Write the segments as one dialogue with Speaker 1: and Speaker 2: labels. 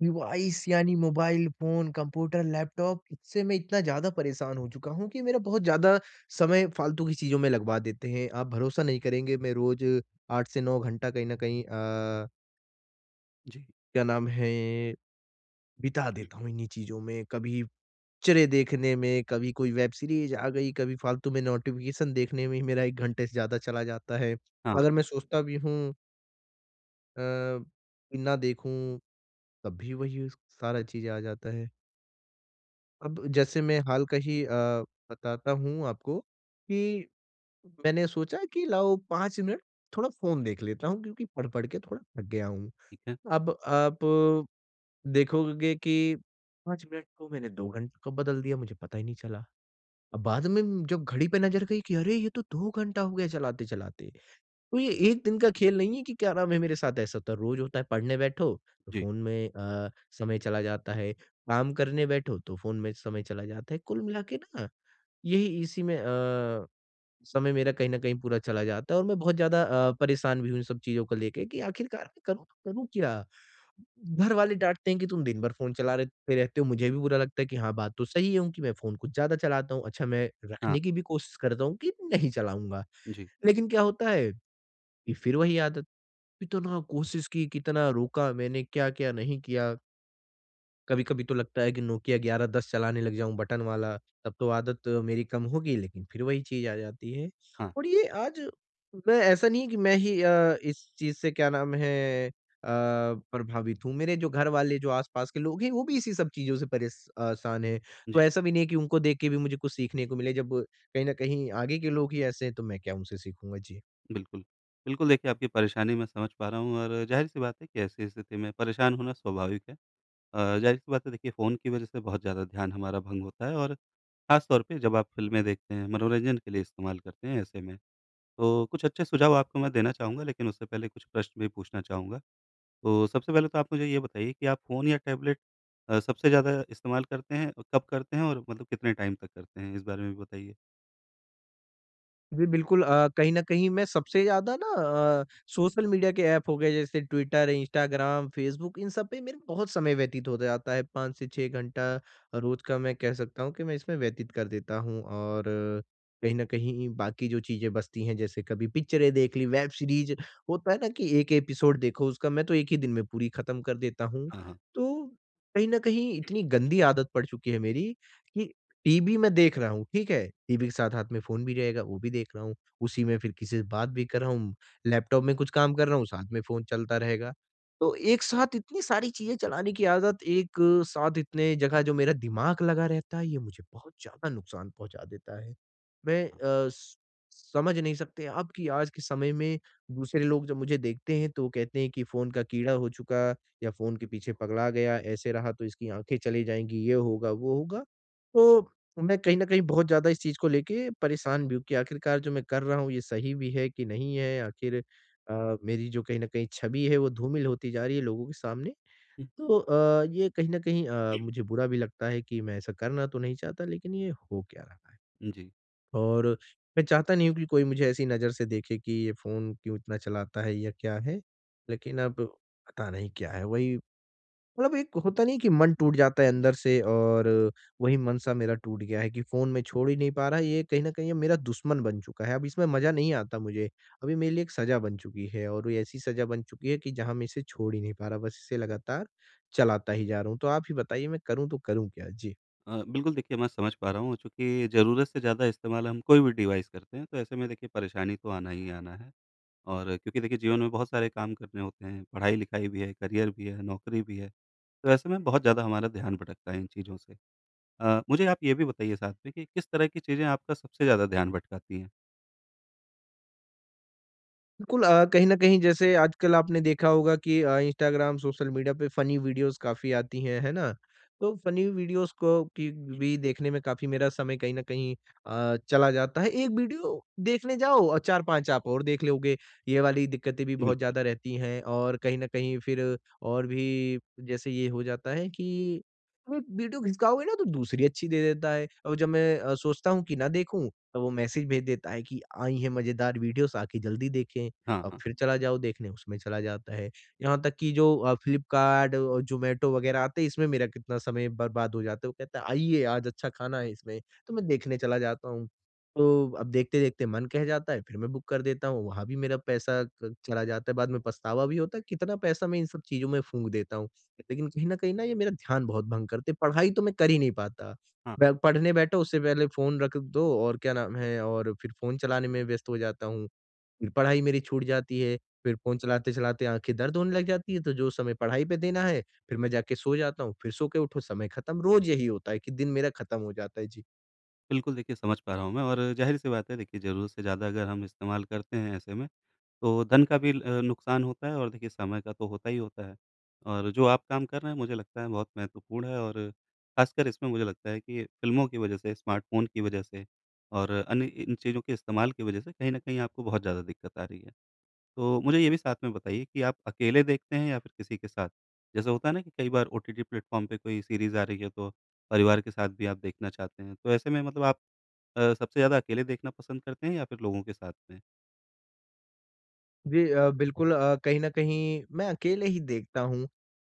Speaker 1: Device यानी mobile phone, computer, laptop इससे मैं इतना ज़्यादा परेशान हो चुका हूँ कि मेरा बहुत ज़्यादा समय फ़ालतू की चीज़ों में लगवा देते हैं। आप भरोसा नहीं करेंगे मैं रोज़ 8 से 9 घंटा कहीं न कहीं
Speaker 2: जी,
Speaker 1: क्या नाम है, बिता देता हूँ इन्हीं चीज़ों में। कभी पिक्चरें देखने में, कभी कोई वेब सीरीज़ आ गई, कभी फ़ालतू में नोटिफ़िकेशन देखने में ही मेरा 1 घंटे से ज़्यादा चला जाता है। अगर
Speaker 2: हाँ,
Speaker 1: मैं सोचता भी हूँ अ, ना देखूँ तब भी वही सारा चीज़ आ जाता है। अब जैसे मैं हाल का ही बताता हूँ आपको कि मैंने सोचा कि लाओ 5 मिनट थोड़ा फ़ोन देख लेता हूँ क्योंकि पढ़-पढ़ के थोड़ा थक गया हूँ।
Speaker 2: ठीक है।
Speaker 1: अब आप देखोगे कि 5 मिनट को मैंने 2 घंटे का बदल दिया, मुझे पता ही नहीं चला। अब बाद में जब घड़ी पे नज़र गई कि अरे! ये तो 2 घंटा हो गया चलाते-चलाते। तो ये एक दिन का खेल नहीं है कि क्या नाम है मेरे साथ ऐसा होता है, रोज़ होता है पढ़ने बैठो तो
Speaker 2: जी,
Speaker 1: फ़ोन में समय चला जाता है, काम करने बैठो तो फ़ोन में समय चला जाता है। कुल मिला के ना यही इसी में समय मेरा कहीं न कहीं पूरा चला जाता है और मैं बहुत ज़्यादा परेशान भी हूँ इन सब चीज़ों को लेके कि आखिरकार मैं करूँ तो करूँ क्या? घर वाले डाँटते हैं कि तुम दिन भर फ़ोन चला रहे ते रहते हो, मुझे भी बुरा लगता है कि हाँ, बात तो सही है उनकी, मैं फ़ोन कुछ ज़्यादा चलाता हूँ। अच्छा मैं
Speaker 2: हाँ,
Speaker 1: रखने की भी कोशिश करता हूँ कि नहीं चलाऊँगा।
Speaker 2: जी,
Speaker 1: लेकिन क्या होता है ये फिर वही आदत, इतना कोशिश की, कितना रोका मैंने, क्या-क्या नहीं किया। कभी-कभी तो लगता है कि नोकिया 1110 चलाने लग जाऊँ बटन वाला, तब तो आदत मेरी कम होगी, लेकिन फिर वही चीज़ आ जाती है।
Speaker 2: हाँ,
Speaker 1: और ये आज मैं ऐसा नहीं है कि मैं ही इस चीज़ से क्या नाम है अ, प्रभावित हूँ। मेरे जो घर वाले, जो आस-पास के लोग हैं, वो भी इसी सब चीज़ों से परेशान हैं।
Speaker 2: जी,
Speaker 1: तो ऐसा भी नहीं है कि उनको देख के भी मुझे कुछ सीखने को मिले, जब कहीं न कहीं आगे के लोग ही ऐसे हैं, तो मैं क्या उनसे सीखूँगा? जी।
Speaker 2: बिल्कुल। बिल्कुल, देखिए आपकी परेशानी मैं समझ पा रहा हूँ और ज़ाहिर-सी बात है कि ऐसी स्थिति में परेशान होना स्वाभाविक है। ज़ाहिर-सी बात है देखिए फ़ोन की वज़ह से बहुत ज़्यादा ध्यान हमारा भंग होता है और ख़ास तौर पे जब आप फ़िल्में देखते हैं, मनोरंजन के लिए इस्तेमाल करते हैं ऐसे में। तो कुछ अच्छे सुझाव आपको मैं देना चाहूँगा, लेकिन उससे पहले कुछ प्रश्न भी पूछना चाहूँगा। तो सबसे पहले तो आप मुझे ये बताइए कि आप फ़ोन या टैबलेट सबसे ज़्यादा इस्तेमाल करते हैं? और कब करते हैं और मतलब कितने टाइम तक करते हैं? इस बारे में भी बताइए?
Speaker 1: जी, बिल्कुल कहीं न कहीं मैं सबसे ज़्यादा अ, सोशल मीडिया के ऐप हो गए जैसे ट्विटर, इंस्टाग्राम, फेसबुक इन सब पे मेरा बहुत समय व्यतीत हो जाता है 5 से 6 घंटा रोज़ का मैं कह सकता हूँ कि मैं इसमें व्यतीत कर देता हूँ। और कहीं न कहीं बाकी जो चीज़ें बचती हैं जैसे कभी पिक्चरें देख ली, वेब सीरीज़ होता है ना कि 1 एपिसोड देखो उसका मैं तो 1 ही दिन में पूरी खत्म कर देता हूँ।
Speaker 2: हाँ, हाँ।
Speaker 1: तो कहीं न कहीं इतनी गंदी आदत पड़ चुकी है मेरी कि टीवी मैं देख रहा हूँ, ठीक है? टीवी के साथ हाथ में फ़ोन भी रहेगा, वो भी देख रहा हूँ। उसी में फिर किसी से बात भी कर रहा हूँ, लैपटॉप में कुछ काम कर रहा हूँ, साथ में फ़ोन चलता रहेगा। तो एक साथ इतनी सारी चीज़ें चलाने की आदत, एक साथ इतने जगह जो मेरा दिमाग लगा रहता है, ये मुझे बहुत ज़्यादा नुकसान पहुँचा देता है। मैं अ, स समझ नहीं सकते आप कि आज के समय में दूसरे लोग जब मुझे देखते हैं, तो कहते हैं कि फ़ोन का कीड़ा हो चुका या फ़ोन के पीछे पगला गया, ऐसे रहा तो इसकी आँखें चली जाएँगी, ये होगा, वो होगा। तो तो मैं कहीं न कहीं बहुत ज़्यादा इस चीज़ को लेके परेशान भी हूँ कि आखिरकार जो मैं कर रहा हूँ ये सही भी है कि नहीं है? मेरी जो कहीं न कहीं छवि है वो धूमिल होती जा रही है लोगों के सामने।
Speaker 2: हुँ,
Speaker 1: तो ये कहीं न कहीं मुझे बुरा भी लगता है कि मैं ऐसा करना तो नहीं चाहता लेकिन ये हो क्या रहा है?
Speaker 2: जी।
Speaker 1: और मैं चाहता नहीं हूँ कि कोई मुझे ऐसी नज़र से देखे कि ये फ़ोन क्यों इतना चलाता है या क्या है? लेकिन अब पता नहीं क्या है? वही मतलब एक होता नहीं है कि मन टूट जाता है अंदर से और वही मन सा मेरा टूट गया है कि फ़ोन मैं छोड़ ही नहीं पा रहा, ये कहीं न कहीं ये मेरा दुश्मन बन चुका है। अब इसमें मज़ा नहीं आता मुझे। अब ये मेरे लिए एक सज़ा बन चुकी है और ये ऐसी सज़ा बन चुकी है कि जहाँ मैं इसे छोड़ ही नहीं पा रहा, बस इसे लगातार चलाता ही जा रहा हूँ। तो आप ही बताइए मैं करूँ तो करूँ क्या? जी।
Speaker 2: बिल्कुल, देखिए मैं समझ पा रहा हूँ, चूँकि ज़रूरत से ज़्यादा इस्तेमाल हम कोई भी डिवाइस करते हैं तो ऐसे में देखिए परेशानी तो आना ही आना है। और क्योंकि देखिए जीवन में बहुत सारे काम करने होते हैं, पढ़ाई-लिखाई भी है, करियर भी है, नौकरी भी है। तो ऐसे में बहुत ज़्यादा हमारा ध्यान भटकता है इन चीज़ों से। मुझे आप ये भी बताइए साथ में कि किस तरह की चीज़ें आपका सबसे ज़्यादा ध्यान भटकाती हैं?
Speaker 1: बिल्कुल कहीं न कहीं जैसे आजकल आपने देखा होगा कि इंस्टाग्राम, सोशल मीडिया पे फ़नी वीडियोज़ काफ़ी आती हैं, है ना? तो फ़नी वीडियोज़ को कि भी देखने में काफ़ी मेरा समय कहीं न कहीं चला जाता है। एक वीडियो देखने जाओ और 4-5 आप और देख लोगे, ये वाली दिक्कतें भी बहुत
Speaker 2: बिल्कुल,
Speaker 1: ज़्यादा रहती हैं और कहीं न कहीं फिर और भी जैसे ये हो जाता है कि वो वीडियो खिसकाओगे ना तो दूसरी अच्छी दे देता है और जब मैं सोचता हूँ कि ना देखूँ, तो वो मैसेज भेज देता है कि आई हैं मज़ेदार वीडियोज़ आके जल्दी देखें।
Speaker 2: हाँ, हाँ,
Speaker 1: फिर चला जाओ देखने उसमें चला जाता है। यहाँ तक कि जो फ्लिपकार्ट और ज़ोमैटो वगैरह आते हैं इसमें मेरा कितना समय बर्बाद हो जाता है। वो कहता है आइए आज अच्छा खाना है इसमें, तो मैं देखने चला जाता हूँ। तो अब देखते-देखते मन कह जाता है फिर मैं बुक कर देता हूँ, वहाँ भी मेरा पैसा क चला जाता है। बाद में पछतावा भी होता है कितना पैसा मैं इन सब चीज़ों में फूँक देता हूँ। लेकिन कहीं न कहीं ना ये मेरा ध्यान बहुत भंग करते हैं, पढ़ाई तो मैं कर ही नहीं पाता।
Speaker 2: हाँ।
Speaker 1: ब पढ़ने बैठो उससे पहले फ़ोन रख दो और क्या नाम है और फिर फ़ोन चलाने में व्यस्त हो जाता हूँ। फिर पढ़ाई मेरी छूट जाती है, फिर फ़ोन चलाते-चलाते आँखें दर्द होने लग जाती है, तो जो समय पढ़ाई पे देना है, फिर मैं जाके सो जाता हूँ, फिर सो के उठो, समय खत्म। रोज़ यही होता है कि दिन मेरा खत्म हो जाता है। जी।
Speaker 2: बिल्कुल, देखिए समझ पा रहा हूँ मैं, और ज़ाहिर-सी बात है देखिए ज़रूरत से ज़्यादा अगर हम इस्तेमाल करते हैं ऐसे में, तो धन का भी नुकसान होता है और देखिए समय का तो होता ही होता है। और जो आप काम कर रहे हैं मुझे लगता है बहुत महत्वपूर्ण है, और ख़ासकर इसमें मुझे लगता है कि फ़िल्मों की वज़ह से, स्मार्टफ़ोन की वज़ह से और अन्य इन चीज़ों के इस्तेमाल की वज़ह से कहीं न कहीं आपको बहुत ज़्यादा दिक्कत आ रही है। तो मुझे ये भी साथ में बताइए कि आप अकेले देखते हैं या फिर किसी के साथ? जैसे होता है ना कि कई बार ओटीटी प्लेटफ़ॉर्म पे कोई सीरीज़ आ रही है, तो परिवार के साथ भी आप देखना चाहते हैं। तो ऐसे में मतलब आप सबसे ज़्यादा अकेले देखना पसंद करते हैं या फिर लोगों के साथ में?
Speaker 1: जी, बिल्कुल कहीं न कहीं मैं अकेले ही देखता हूँ।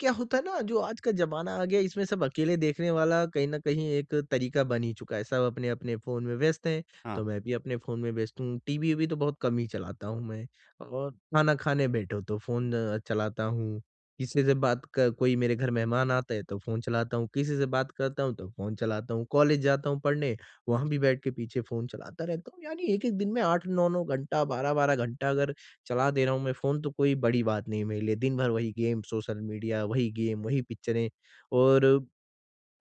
Speaker 1: क्या होता है ना जो आज का ज़माना आ गया इसमें सब अकेले देखने वाला कहीं न कहीं एक तरीका बन ही चुका है। सब अपने-अपने फ़ोन में व्यस्त हैं,
Speaker 2: हाँ।
Speaker 1: तो मैं भी अपने फ़ोन में व्यस्त हूँ। टीवी भी तो बहुत कम ही चलाता हूँ मैं और खाना खाने बैठो तो फ़ोन चलाता हूँ। किसी से बात क कोई मेरे घर मेहमान आता है तो फ़ोन चलाता हूँ, किसी से बात करता हूँ तो फ़ोन चलाता हूँ, कॉलेज जाता हूँ पढ़ने, वहाँ भी बैठ के पीछे फ़ोन चलाता रहता हूँ। यानी एक-एक दिन में 8-9-9 घंटा, 12-12 घंटा अगर चला दे रहा हूँ मैं फ़ोन तो कोई बड़ी बात नहीं है मेरे लिए। दिन भर वही गेम, सोशल मीडिया, वही गेम, वही पिक्चरें और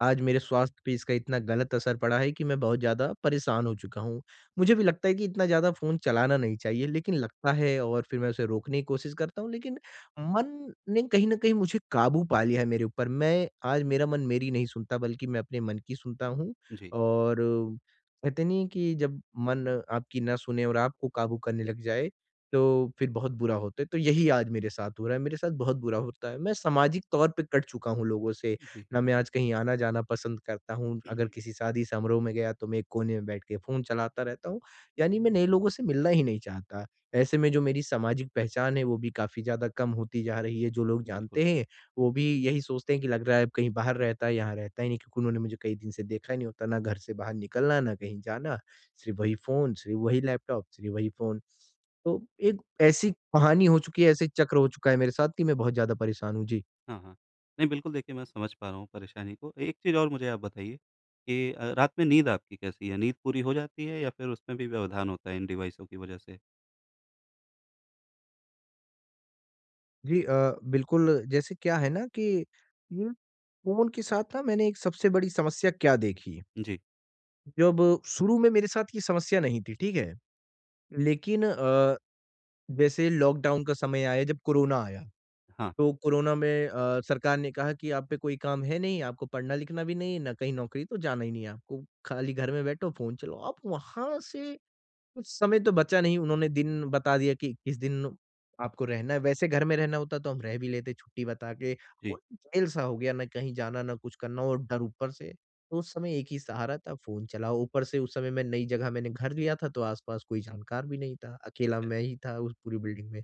Speaker 1: आज मेरे स्वास्थ्य पे इसका इतना गलत असर पड़ा है कि मैं बहुत ज़्यादा परेशान हो चुका हूँ। मुझे भी लगता है कि इतना ज़्यादा फ़ोन चलाना नहीं चाहिए लेकिन लगता है और फिर मैं उसे रोकने की कोशिश करता हूँ लेकिन मन ने कहीं न कहीं मुझे काबू पा लिया है मेरे ऊपर। मैं आज मेरा मन मेरी नहीं सुनता बल्कि मैं अपने मन की सुनता हूँ
Speaker 2: जी।
Speaker 1: और कहते नहीं है कि जब मन आपकी ना सुने और आपको काबू करने लग जाए, तो फिर बहुत बुरा होता है। तो यही आज मेरे साथ हो रहा है, मेरे साथ बहुत बुरा होता है। मैं सामाजिक तौर पे कट चुका हूँ लोगों से।
Speaker 2: जी।
Speaker 1: ना मैं आज कहीं आना-जाना पसंद करता हूँ। अगर किसी शादी समारोह में गया तो मैं एक कोने में बैठ के फ़ोन चलाता रहता हूँ, यानी मैं नए लोगों से मिलना ही नहीं चाहता। ऐसे में जो मेरी सामाजिक पहचान है वो भी काफ़ी ज़्यादा कम होती जा रही है। जो लोग
Speaker 2: बिल्कुल,
Speaker 1: जानते हैं, वो भी यही सोचते हैं कि लग रहा है अब कहीं बाहर रहता है, यहाँ रहता ही नहीं क्योंकि उन्होंने मुझे कई दिन से देखा ही नहीं होता, ना घर से बाहर निकलना, ना कहीं जाना। सिर्फ़ वही फ़ोन, सिर्फ़ वही लैपटॉप, सिर्फ़ वही फ़ोन। तो एक ऐसी कहानी हो चुकी है, ऐसे चक्र हो चुका है मेरे साथ कि मैं बहुत ज़्यादा परेशान हूँ। जी।
Speaker 2: हाँ, हाँ। नहीं, बिल्कुल, देखिए मैं समझ पा रहा हूँ परेशानी को। एक चीज़ और मुझे आप बताइए कि रात में नींद आपकी कैसी है? नींद पूरी हो जाती है या फिर उसमें भी व्यवधान होता है इन डिवाइसों की वजह से?
Speaker 1: जी, बिल्कुल, जैसे क्या है ना कि ये फ़ोन के साथ ना मैंने एक सबसे बड़ी समस्या क्या देखी,
Speaker 2: जी,
Speaker 1: जब शुरू में मेरे साथ ये समस्या नहीं थी, ठीक है? लेकिन जैसे लॉकडाउन का समय आया, जब कोरोना आया,
Speaker 2: हाँ,
Speaker 1: तो कोरोना में सरकार ने कहा कि आप पे कोई काम है नहीं, आपको पढ़ना-लिखना भी नहीं, ना कहीं नौकरी, तो जाना ही नहीं है आपको, खाली घर में बैठो, फ़ोन चलाओ। अब वहाँ से कुछ समय तो बचा नहीं, उन्होंने दिन बता दिया कि किस दिन आपको रहना है, वैसे घर में रहना होता तो हम रह भी लेते छुट्टी बता के,
Speaker 2: जी।
Speaker 1: वो जेल-सा हो गया ना कहीं जाना, ना कुछ करना और डर ऊपर से। तो उस समय एक ही सहारा था फ़ोन चलाओ, ऊपर से उस समय मैं नई जगह मैंने घर लिया था तो आस-पास कोई जानकार भी नहीं था, अकेला मैं ही था उस पूरी बिल्डिंग में।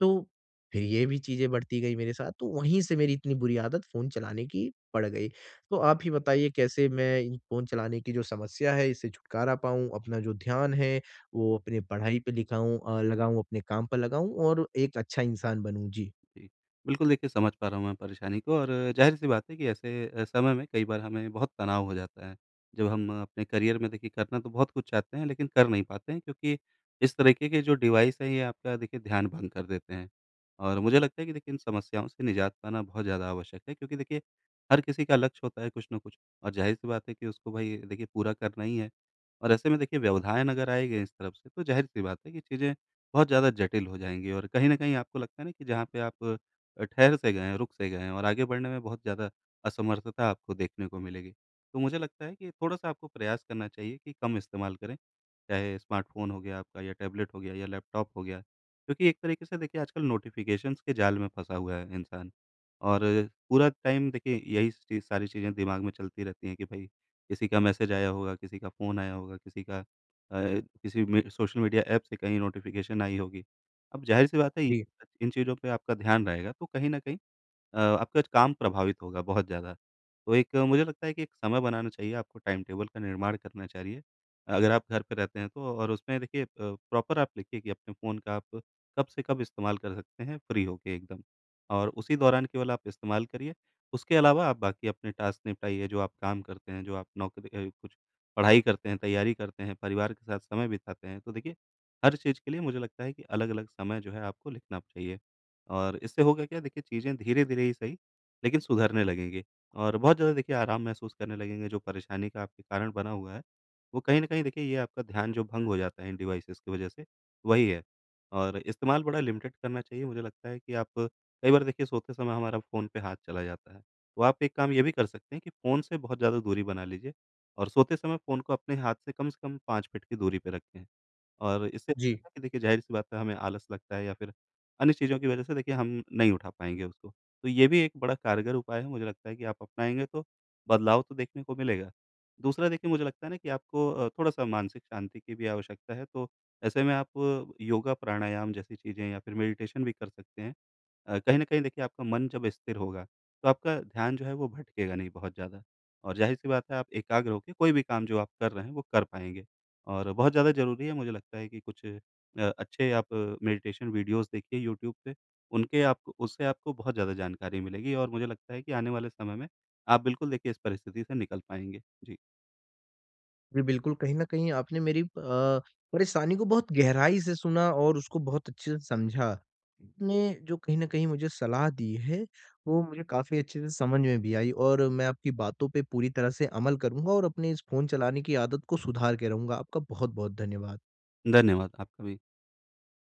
Speaker 1: तो फिर ये भी चीज़ें बढ़ती गई मेरे साथ, तो वहीं से मेरी इतनी बुरी आदत फ़ोन चलाने की पड़ गई। तो आप ही बताइए कैसे मैं इन फ़ोन चलाने की जो समस्या है इससे छुटकारा पाऊँ, अपना जो ध्यान है वो अपनी पढ़ाई पे लगाऊँ, अपने काम पर लगाऊँ और एक अच्छा इंसान बनूँ? जी।
Speaker 2: जी। बिल्कुल, देखिए समझ पा रहा हूँ मैं परेशानी को, और ज़ाहिर-सी बात है कि ऐसे समय में कई बार हमें बहुत तनाव हो जाता है। जब हम अपने करियर में देखिए करना तो बहुत कुछ चाहते हैं, लेकिन कर नहीं पाते हैं क्योंकि इस तरीके के जो डिवाइस हैं ये आपका देखिए ध्यान भंग कर देते हैं। और मुझे लगता है कि देखिए इन समस्याओं से निजात पाना बहुत ज़्यादा आवश्यक है, क्योंकि देखिए हर किसी का लक्ष्य होता है कुछ न कुछ, और ज़ाहिर-सी बात है कि उसको भई देखिए पूरा करना ही है। और ऐसे में देखिए व्यवधान अगर आए गए इस तरफ से तो ज़ाहिर-सी बात है कि चीज़ें बहुत ज़्यादा जटिल हो जाएँगी, और कहीं न कहीं आपको लगता है ना कि जहाँ पे आप ठहर से गए हैं, रुक से गए हैं और आगे बढ़ने में बहुत ज़्यादा असमर्थता आपको देखने को मिलेगी। तो मुझे लगता है कि थोड़ा-सा आपको प्रयास करना चाहिए कि कम इस्तेमाल करें, चाहे स्मार्टफ़ोन हो गया आपका या टैबलेट हो गया या लैपटॉप हो गया। क्योंकि एक तरीके से देखिए आजकल नोटिफ़िकेशंस के जाल में फँसा हुआ है इंसान, और पूरा टाइम देखिए यही सी सारी चीज़ें दिमाग में चलती रहती हैं कि भई किसी का मैसेज आया होगा, किसी का फ़ोन आया होगा, किसी का अ, किसी में सोशल मीडिया ऐप से कहीं नोटिफ़िकेशन आई होगी। अब ज़ाहिर-सी बात है
Speaker 1: जी,
Speaker 2: इन चीज़ों पे आपका ध्यान रहेगा तो कहीं न कहीं आपका काम प्रभावित होगा बहुत ज़्यादा। तो मुझे लगता है कि एक समय बनाना चाहिए, आपको टाइम टेबल का निर्माण करना चाहिए। अगर आप घर पे रहते हैं तो, और उसमें देखिए प्रॉपर आप लिखिए कि अपने फ़ोन का आप कब से कब इस्तेमाल कर सकते हैं फ्री होके एकदम। और उसी दौरान केवल आप इस्तेमाल करिए। उसके अलावा आप बाकी अपने टास्क निपटाइए, जो आप काम करते हैं, जो आप नौकरी कुछ पढ़ाई करते हैं, तैयारी करते हैं, परिवार के साथ समय बिताते हैं। तो देखिए, हर चीज़ के लिए मुझे लगता है कि अलग-अलग समय जो है आपको लिखना चाहिए। और इससे होगा क्या देखिए, चीज़ें धीरे-धीरे ही सही, लेकिन सुधरने लगेंगी और बहुत ज़्यादा देखिए आराम महसूस करने लगेंगे। जो परेशानी का आपके कारण बना हुआ है, वो कहीं न कहीं देखिए ये आपका ध्यान जो भंग हो जाता है इन डिवाइसेज़ की वजह से, वही है। और इस्तेमाल बड़ा लिमिटेड करना चाहिए, मुझे लगता है कि आप कई बार देखिए सोते समय हमारा फ़ोन पे हाथ चला जाता है। तो आप एक काम ये भी कर सकते हैं कि फ़ोन से बहुत ज़्यादा दूरी बना लीजिए और सोते समय फ़ोन को अपने हाथ से कम 5 फीट की दूरी पे रखें। और इससे होता
Speaker 1: जी।
Speaker 2: है ना कि देखिए ज़ाहिर-सी बात है हमें आलस लगता है या फिर अन्य चीज़ों की वजह से देखिए हम नहीं उठा पाएँगे उसको। तो ये भी एक बड़ा कारगर उपाय है, मुझे लगता है कि आप अपनाएँगे तो बदलाव तो देखने को मिलेगा। दूसरा, देखिए मुझे लगता है ना कि आपको थोड़ा-सा मानसिक शांति की भी आवश्यकता है, तो ऐसे में आप योगा, प्राणायाम जैसी चीज़ें या फिर मेडिटेशन भी कर सकते हैं। कहीं न कहीं देखिए आपका मन जब स्थिर होगा, तो आपका ध्यान जो है वो भटकेगा नहीं बहुत ज़्यादा, और ज़ाहिर-सी बात है आप एकाग्र होके कोई भी काम जो आप कर रहे हैं वो कर पाएँगे। और बहुत ज़्यादा ज़रूरी है, मुझे लगता है कि कुछ अच्छे आप मेडिटेशन वीडियोज़ देखिए यूट्यूब पे, उनके आपको उससे आपको बहुत ज़्यादा जानकारी मिलेगी, और मुझे लगता है कि आने वाले समय में आप बिल्कुल देखिए इस परिस्थिति से निकल पाएँगे। जी,
Speaker 1: जी, बिल्कुल, कहीं न कहीं आपने मेरी परेशानी को बहुत गहराई से सुना और उसको बहुत अच्छे से समझा। आपने जो कहीं न कहीं मुझे सलाह दी है, वो मुझे काफ़ी अच्छे से समझ में भी आई और मैं आपकी बातों पे पूरी तरह से अमल करूँगा और अपने इस फ़ोन चलाने की आदत को सुधार के रहूँगा। आपका बहुत-बहुत धन्यवाद।
Speaker 2: धन्यवाद आपका भी।